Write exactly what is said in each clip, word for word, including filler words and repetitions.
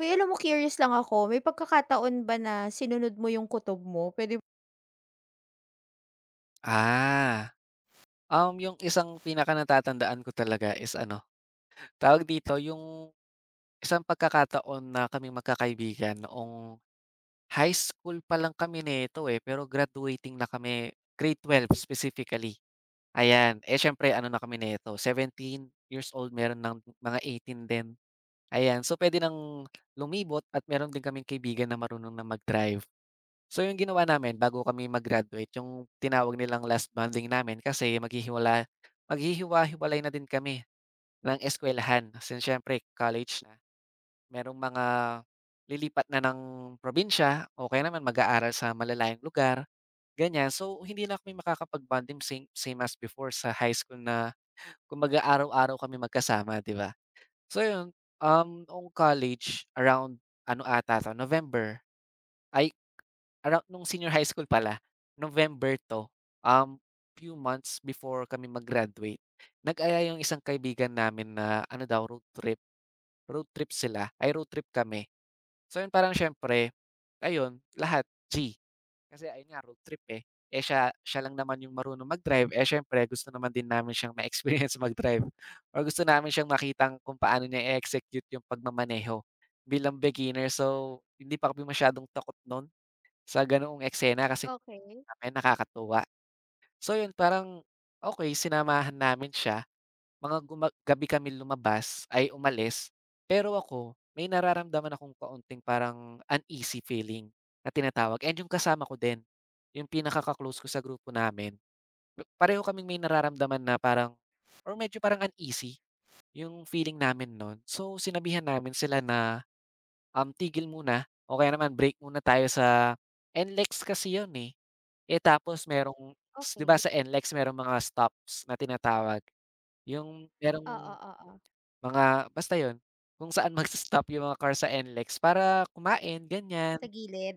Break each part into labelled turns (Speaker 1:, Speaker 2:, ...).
Speaker 1: Uy, alam mo curious lang ako, may pagkakataon ba na sinunod mo yung kutob mo? Puwede.
Speaker 2: Ah, um, yung isang pinakanatatandaan ko talaga is ano, tawag dito, yung isang pagkakataon na kami magkakaibigan noong high school pa lang kami nito, eh, pero graduating na kami, grade twelve specifically. Ayan, eh, siyempre ano na kami nito, seventeen years old, meron ng mga eighteen din. Ayan, so pwede nang lumibot at meron din kaming kaibigan na marunong na mag-drive. So, yung ginawa namin bago kami mag-graduate yung tinawag nilang last bonding namin kasi maghihiwala maghihiwa-hiwalay na din kami ng eskuwelahan since siyempre college na. Merong mga lilipat na ng probinsya o kaya naman mag-aaral sa malalayang lugar, ganyan. So, hindi na kami makakapag-bonding same same as before sa high school na kumbaga araw-araw kami magkasama, 'di ba? So, yun, um, noong college around ano ata 'to, November, ay Arou nung senior high school pala, November 'to, um, few months before kami mag-graduate, nag-alala yung isang kaibigan namin na ano daw road trip, road trip sila ay road trip kami. So yun parang siyempre, ayun lahat G, kasi ayun nga road trip, eh. Eh, siya siya lang naman yung marunong mag-drive, eh, siyempre gusto naman din namin siyang ma-experience mag-drive or gusto namin siyang makitang kung paano niya i-execute yung pagmamaneho bilang beginner. So, hindi pa kami masyadong takot nun sa ganoong eksena kasi
Speaker 1: Okey,
Speaker 2: sa'min nakakatuwa. So yun parang, okey sinamahan namin siya, mga guma gabi kami lumabas ay umalis, pero ako may nararamdaman akong kaunting parang uneasy feeling na tinatawag and yung kasama ko din, yung pinaka-ka-close ko sa grupo namin, pareho kaming may nararamdaman na parang or medyo parang uneasy. Yung feeling namin nun. So, sinabihan namin sila na, um, "Tigil muna o kaya naman break muna tayo sa" NLEX kasi yun, eh. Eh, tapos merong s 'di ba
Speaker 1: okey.
Speaker 2: sa NLEX merong mga stops na tinatawag, yung
Speaker 1: Oo,
Speaker 2: merong
Speaker 1: oo.
Speaker 2: mga basta yun, kung saan magso-stop yung mga car sa NLEX para kumain, ganyan.
Speaker 1: Sa gilid?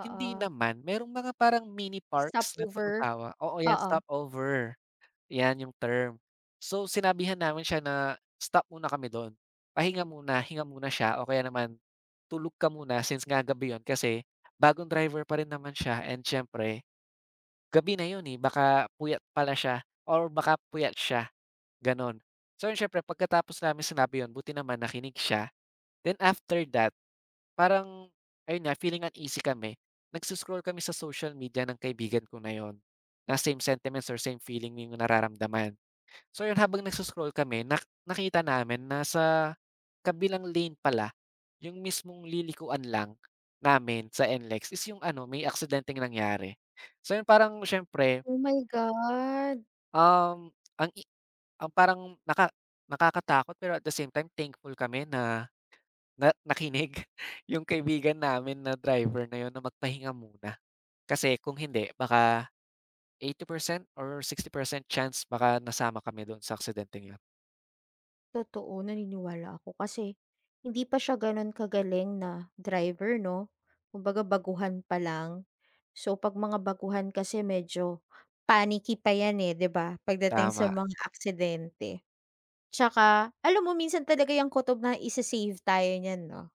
Speaker 1: Oo.
Speaker 2: Hindi naman, merong mga parang mini parks na
Speaker 1: Stopover?
Speaker 2: tinatawag oo, yan,
Speaker 1: Oo.
Speaker 2: stopover. 'Yan yung term. So, sinabihan namin siya na, "Stop muna kami do'n. Pahinga muna, hinga muna siya o kaya naman tulog ka muna since nga gabi 'yon." Kasi bagong driver pa rin naman siya and siyempre gabi na 'yon, eh, baka puyat pala siya or baka puyat siya, gano'n. So, yun siyempre pagkatapos namin sinabi 'yon, buti naman nakinig siya. Then after that, parang ayun nga, feeling uneasy kami, nagso kami sa social media ng kaibigan ko na 'yon, na same sentiments or same feeling yung nararamdaman. So yun habang nagso kami nak nakita namin na sa kabilang lane pala, yung mismong lilikuan lang namin sa NLEX is yung ano may aksidenteng nangyari. So yun parang siyempre,
Speaker 1: Oh my God!
Speaker 2: um, ang i ang parang naka nakakatakot pero at the same time thankful kami na na nakinig yung kaibigan namin na driver na yun na magpahinga muna. Kasi kung hindi baka eighty percent or sixty percent chance baka nasama kami doon sa aksidenteng yun.
Speaker 1: Totoo, naniniwala ako kasi hindi pa siya gano'n kagaling na driver 'no. Kumbaga baguhan pa lang. So 'pag mga baguhan kasi medyo panicky pa yan, eh, 'di ba, pagdating sa
Speaker 2: Tama.
Speaker 1: mga aksidente. Tsaka alam mo minsan talaga yang kutob na ise-save tayo niyan 'no?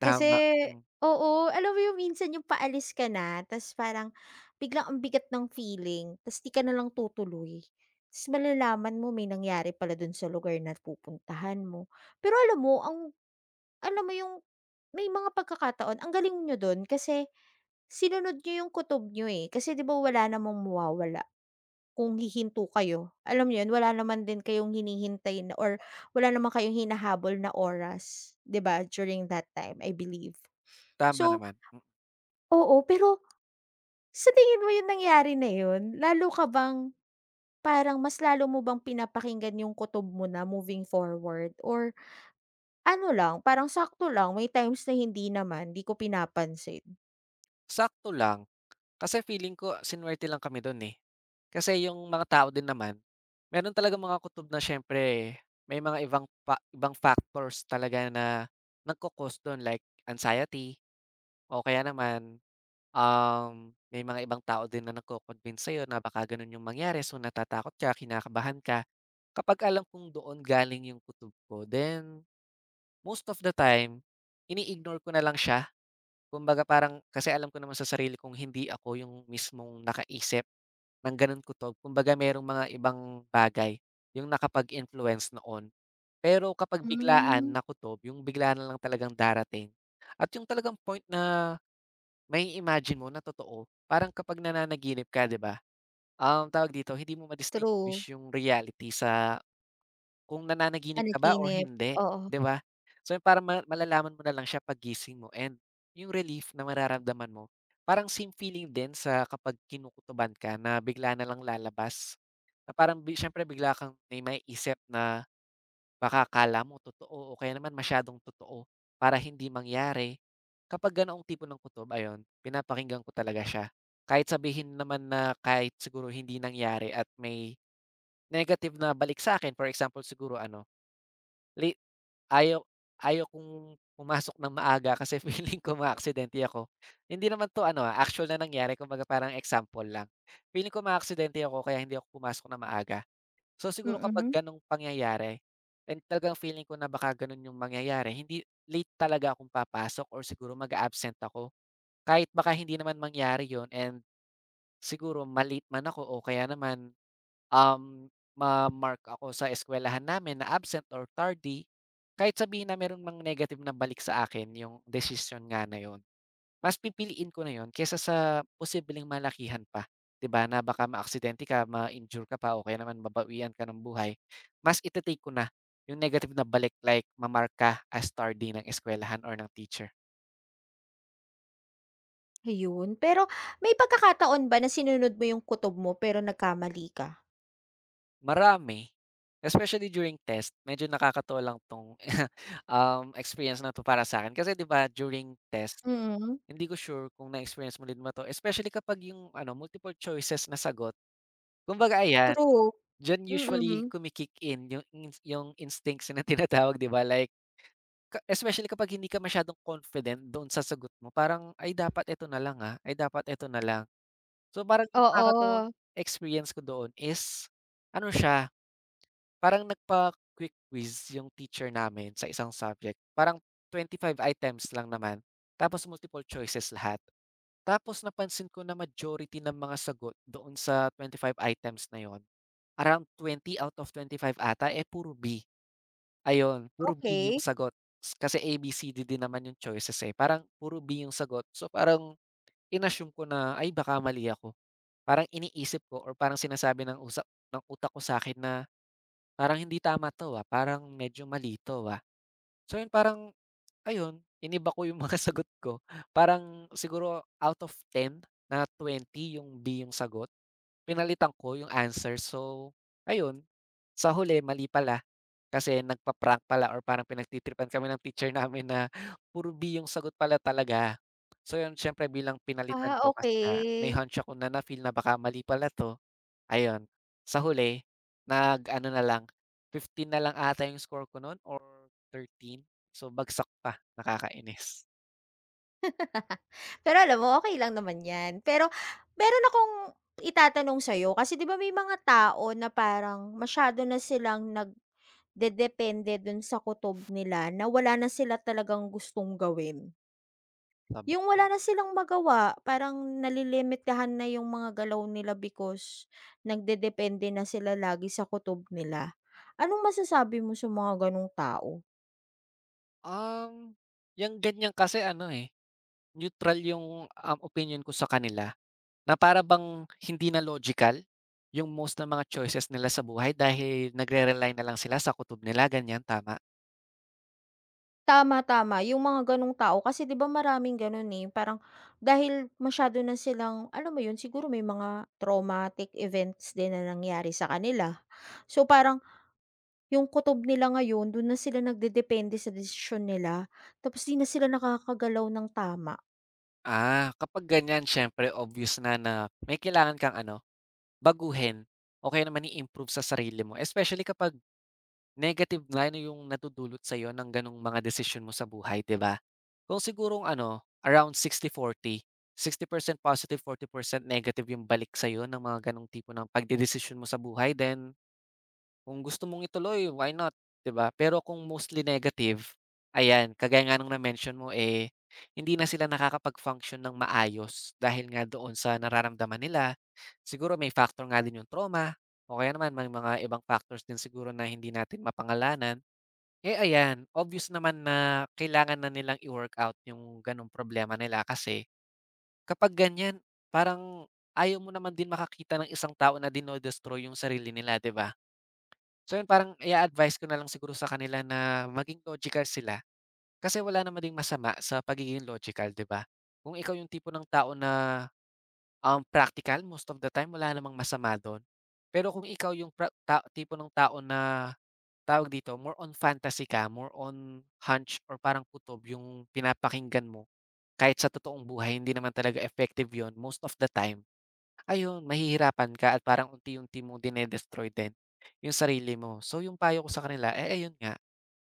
Speaker 2: Tama,
Speaker 1: Kasi
Speaker 2: mm,
Speaker 1: oo, alam mo yung minsan yung paalis ka na ta's parang biglang ang bigat ng feeling ta's 'di ka na lang tutuloy. Ta's malalaman mo may nangyari pala dun sa lugar na pupuntahan mo. Pero alam mo ang alam mo yung may mga pagkakataon ang galing niyo dun kasi sinunod niyo yung kutob nyo eh, kasi 'di ba wala namang mawawala. Kung hihinto kayo, alam niyo yun, wala naman din kayong hinihintay na or wala naman kayong hinahabol na oras, 'di ba, during that time, I believe.
Speaker 2: tama
Speaker 1: So,
Speaker 2: naman, mm.
Speaker 1: oo, pero sa tingin mo yung nangyari na yun, lalo ka bang parang mas lalo mo bang pinapakinggan yung kutob mo na moving forward or ano lang, parang sakto lang, may times na hindi naman, 'di ko pinapansin?
Speaker 2: Sakto lang, kasi feeling ko sinuwerte lang kami dun, eh. Kasi yung mga tao din naman, meron talagang mga kutob na siyempre may mga ibang pa ibang factors talaga na nagko-cause dun like anxiety o kaya naman, um, may mga ibang tao din na nagko-convince sa'yo na baka ganun yung mangyari so natatakot ka, kinakabahan ka. Kapag alam kong doon galing yung kutob ko then, most of the time ini-ignore ko na lang siya. Kumbaga parang kasi alam ko naman sa sarili kong hindi ako yung mismong nakaisip ng ganun kutob. Kumbaga merong mga ibang bagay yung nakapag-influence noon. Pero kapag biglaan
Speaker 1: Hmm,
Speaker 2: na kutob, yung biglaan na lang talagang darating. At yung talagang point na may imagine mo na totoo, parang kapag nananaginip ka, 'di ba? Um, tawag dito, hindi mo
Speaker 1: true.
Speaker 2: ma-distinguish yung reality sa kung nananaginip ka ba or
Speaker 1: Panaginip,
Speaker 2: hindi,
Speaker 1: oo,
Speaker 2: 'di ba? So, parang ma malalaman mo na lang siya paggising mo and yung relief na mararamdaman mo, parang same feeling din sa kapag kinukutuban ka na bigla na lang lalabas. Na parang bi siyempre bigla kang may maiisip na baka akala mo totoo o kaya naman masyadong totoo para hindi mangyari. Kapag ganoong tipo ng kutob, ayun, pinapakinggan ko talaga siya. Kahit sabihin naman na kahit siguro hindi nangyari at may negative na balik sa akin, for example siguro ano. Late ayaw ayaw kong pumasok ng maaga kasi feeling ko maaaksidente ako. Hindi naman 'to ano, ah, actual na nangyari kumbaga parang example lang. Feeling ko maaaksidente ako kaya hindi ako pumasok ng maaga. So, siguro kapag
Speaker 1: mm.
Speaker 2: gano'ng pangyayari and talagang feeling ko na baka gano'n 'yung mangyayari hindi late talaga akong papasok or siguro mag-a-absent ako. Kahit baka hindi naman mangyari 'yun and siguro ma-late man ako o kaya naman, um, ma-mark ako sa eskuwelahan namin na absent or tardy, kahit sabihin na meron mang negative na balik sa akin yung decision nga na yun, mas pipiliin ko na yun kaysa sa posibleng malakihan pa, 'di ba, na baka maaksidente ka, ma-injure ka pa o kaya naman mabawian ka ng buhay. Mas ite ko na yung negative na balik like ma-mark ka as tardy ng eskuwelahan or ng teacher.
Speaker 1: Ayun. Pero may pagkakataon ba na sinunod mo yung kutob mo pero nagkamali ka?
Speaker 2: Marami. Especially during test, medyo nakakatuwa lang 'tong, um, experience na 'to para sa akin. Kasi 'di ba during test,
Speaker 1: Mm.
Speaker 2: hindi ko sure kung na-experience mo din ba 'to, especially kapag yung ano, multiple choices na sagot. Kumbaga ayan,
Speaker 1: True.
Speaker 2: diyan usually
Speaker 1: Mm.
Speaker 2: kumikick in yung ins yung instincts na tinatawag 'di ba, like ka especially kapag hindi ka masyadong confident doon sa sagot mo, parang, "Ay dapat eto na lang, ah, ay dapat eto na lang." So, parang yung nakakatuwang
Speaker 1: Oo.
Speaker 2: experience ko doon is ano siya. Parang nagpa-quick quiz yung teacher namin sa isang subject. Parang twenty five items lang naman, tapos multiple choices lahat. Tapos napansin ko na majority ng mga sagot doon sa twenty five items na yun, around twenty out of twenty-five ata, eh, puro B. Ayun, puro B yung
Speaker 1: Okey.
Speaker 2: sagot. S- Kasi A, B, C, D din naman yung choices, eh, parang puro B yung sagot. So, parang in-assume ko na, "Ay, baka mali ako." Parang iniisip ko or parang sinasabi ng usap ng utak ko sa akin na parang hindi tama 'to, ah, parang medyo mali 'to, ah. So yun parang ayun, iniba ko yung mga sagot ko. Parang siguro out of ten na twenty yung B yung sagot, pinalitan ko yung answer. So, ayun, sa huli mali pala kasi nagpa-prank pala or parang pinagtitripan kami ng teacher namin na puro B yung sagot pala talaga. So yun, siyempre bilang pinalitan
Speaker 1: Ah,
Speaker 2: ko kasi nga may
Speaker 1: okey.
Speaker 2: hunch ako na na-feel na baka mali pala 'to, ayun, sa huli nag-ano na lang, fifteen na lang ata yung score ko nun or thirteen. So bagsak pa. Nakakainis.
Speaker 1: Pero alam mo, okey lang naman 'yan. Pero meron akong itatanong sa'yo kasi 'di ba may mga tao na parang masyado na silang nagdedepende dun sa kutob nila na wala na sila talagang gustong gawin.
Speaker 2: saba
Speaker 1: Yung wala na silang magawa, parang nalilimitahan na yung mga galaw nila because nagdedepende na sila lagi sa kutob nila. Anong masasabi mo sa mga ganong tao?
Speaker 2: um, yang ganyan kasi ano, eh, neutral yung, um, opinyon ko sa kanila na para bang hindi na logical yung most ng mga choices nila sa buhay dahil nagre-rely na lang sila sa kutob nila, ganyan tama?
Speaker 1: Tama, tama yung mga ganong tao kasi 'di ba maraming gano'n, eh, parang dahil masyado na silang alam mo 'yun, siguro may mga traumatic events din na nangyari sa kanila. So, parang yung kutob nila ngayon dun na sila nagdedepende sa desisyon nila tapos 'di na sila nakakagalaw ng tama.
Speaker 2: Ah, kapag ganyan siyempre obvious na na may kailangan kang ano, baguhin o kaya naman i-improve sa sarili mo especially kapag negative na ano yung natudulot sa sa'yo ng gano'ng mga desisyon mo sa buhay, 'di ba? Kung sigurong ano, around sixty forty, sixty percent positive, forty percent negative yung balik sa sa'yo ng mga gano'ng tipo ng pagdedesisyon mo sa buhay, then kung gusto mong ituloy, why not, 'di ba? Pero kung mostly negative, ayan, kagaya nga ng na-mention mo, eh, hindi na sila nakakapag-function ng maayos dahil nga doon sa nararamdaman nila. Siguro may factor nga din yung trauma o kaya naman may mga ibang factors din siguro na hindi natin mapangalanan. Eh, ayan, obvious naman na kailangan na nilang i-workout yung gano'ng problema nila kasi kapag ganyan, parang ayaw mo naman din makakita ng isang tao na dinodestroy yung sarili nila, 'di ba? So yun parang i-a-advice ko na lang siguro sa kanila na maging logical sila, kasi wala naman ding masama sa pagiging logical, 'di ba? Kung ikaw yung tipo ng tao na, um, practical most of the time wala namang masama dun. Pero kung ikaw yung pra ta tipo ng tao na, tawag dito, more on fantasy ka, more on hunch or parang kutob yung pinapakinggan mo, kahit sa totoong buhay hindi naman talaga effective yon most of the time. Ayun, mahihirapan ka at parang unti-unti mong dine-destroy din yung sarili mo. So, yung payo ko sa kanila, eh, ayun nga,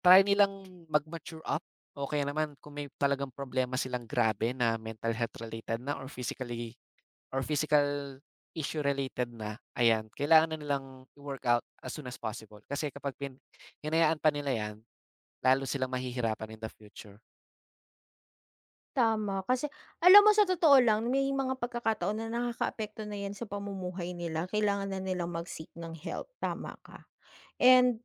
Speaker 2: try nilang mag-mature up o kaya naman kung may talagang problema silang grabe na mental health related na or physically or physical issue related na, ayan, kailangan na nilang i-work out as soon as possible. Kasi kapag pin hinayaan pa nila yan, lalo silang mahihirapan in the future.
Speaker 1: Tama, kasi alam mo sa totoo lang may mga pagkakataon na nakakaapekto na 'yan sa pamumuhay nila, kailangan na nilang mag-seek ng help, tama ka. And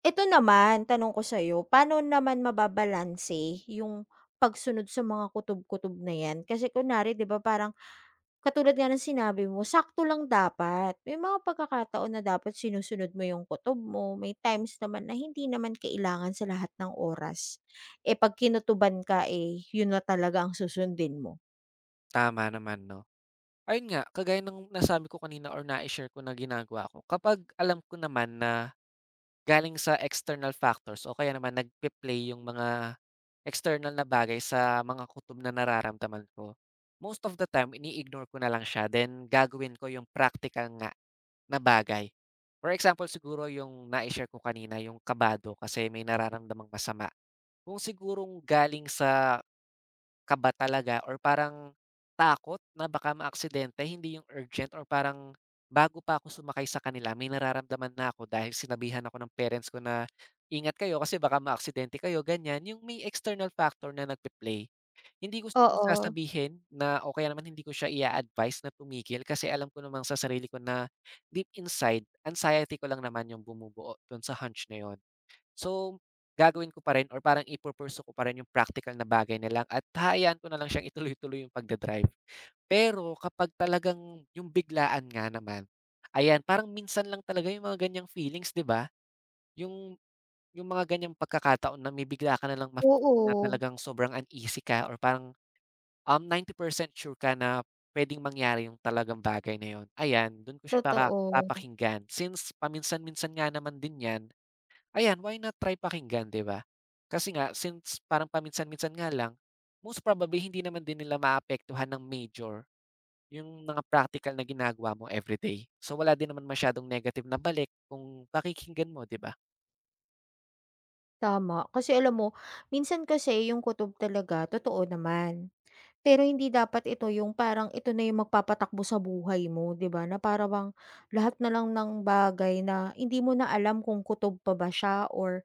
Speaker 1: ito naman, tanong ko sa'yo, paano naman mababalanse yung pagsunod sa mga kutob-kutob na 'yan? Kasi kunwari 'di ba parang katulad nga ng sinabi mo, sakto lang dapat. May mga pagkakataon na dapat sinusunod mo yung kutob mo, may times naman na hindi naman kailangan sa lahat ng oras. Eh, 'pag kinutuban ka, eh, yun na talaga ang susundin mo.
Speaker 2: Tama naman, no? Ayun nga, kagaya ng nasabi ko kanina or nai-share ko na ginagawa ko, kapag alam ko naman na galing sa external factors o kaya naman nagpe-play yung mga external na bagay sa mga kutob na nararamdaman ko, most of the time ini-ignore ko na lang siya then gagawin ko yung praktikal nga na bagay. For example, siguro yung nai-share ko kanina, yung kabado kasi may nararamdamang masama. Kung sigurong galing sa kaba talaga or parang takot na baka maaksidente, hindi yung urgent or parang bago pa ako sumakay sa kanila may nararamdaman na ako dahil sinabihan ako ng parents ko na, "Ingat kayo kasi baka maaksidente kayo," ganyan. Yung may external factor na nagpe-play. Hindi ko siguro
Speaker 1: Oo.
Speaker 2: sasabihin na o kaya naman hindi ko siya i-a-advice na tumigil kasi alam ko namang sa sarili ko na deep inside, anxiety ko lang naman yung bumubuo dun sa hunch na yun. So, gagawin ko pa rin or parang ipu-pursue ko pa rin yung practical na bagay na lang at hahayaan ko na lang siyang ituloy-tuloy yung pagda-drive. Pero kapag talagang yung biglaan nga naman, ayan, parang minsan lang talaga yung mga ganiyang feelings, 'di ba? Yung yung mga ganiyang pagkakataon na may bigla ka na lang mafe-feel na
Speaker 1: Oo,
Speaker 2: talagang sobrang uneasy ka or parang, um, ninety percent sure ka na puwedeng mangyari yung talagang bagay na yun. Ayan, dun ko siya paka
Speaker 1: totoo,
Speaker 2: papakinggan since paminsan-minsan nga naman din 'yan. Ayan, why not try pakinggan, 'di ba? Kasi nga since parang paminsan-minsan nga lang, most probably hindi naman din nila maapektuhan ng major yung mga practical na ginagawa mo everyday. So, wala din naman masyadong negative na balik kung pakikinggan mo, 'di ba?
Speaker 1: tama. Kasi alam mo, minsan kasi yung kutob talaga totoo naman. Pero hindi dapat ito yung parang ito na yung magpapatakbo sa buhay mo, 'di ba, na para bang lahat na lang ng bagay na hindi mo na alam kung kutob pa ba siya or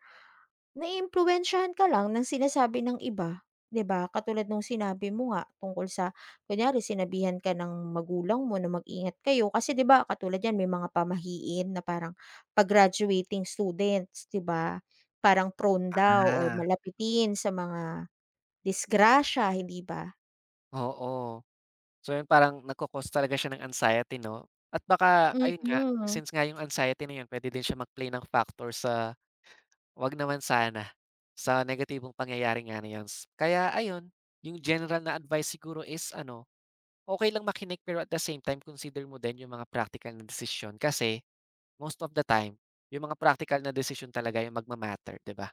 Speaker 1: Naiimpluwensyahan ka lang ng sinasabi ng iba, 'di ba? Katulad nung sinabi mo nga tungkol sa kunyari sinabihan ka ng magulang mo na mag-ingat kayo kasi 'di ba katulad yan may mga pamahiin na parang 'pag graduating students, 'di ba, parang prone daw or
Speaker 2: Ah.
Speaker 1: malapitin sa mga disgrasya, hindi ba?
Speaker 2: Oo. So, yun parang nagko-cause talaga siya ng anxiety 'no? At baka ayun nga,
Speaker 1: Mm.
Speaker 2: since nga yung anxiety na yun puwede din siya mag-play ng factor sa wag naman sana, sa negatibong pangyayari nga na yun. S- Kaya ayun, yung general na advice siguro is ano, okay lang makinig pero at the same time consider mo din yung mga practical na decision. Kasi most of the time, yung mga practical na decision talaga yung magma-matter, 'di ba?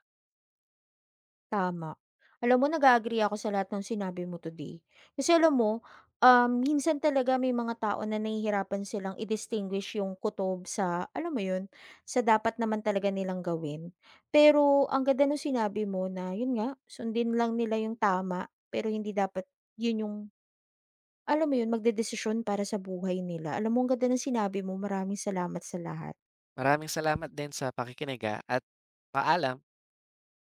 Speaker 1: Tama. Alam mo nag-a-agree ako sa lahat ng sinabi mo today. Kasi alam mo, um, minsan talaga may mga tao na nahihirapan silang i-distinguish yung kutob sa, alam mo yun, sa dapat naman talaga nilang gawin. Pero ang ganda nung sinabi mo na, yun nga, sundin lang nila yung tama, pero hindi dapat yun yung, alam mo yun, magdedesisyon para sa buhay nila. Alam mo, ang ganda ng sinabi mo. Maraming salamat sa lahat.
Speaker 2: Maraming salamat din sa pakikinig, ah, at paalam.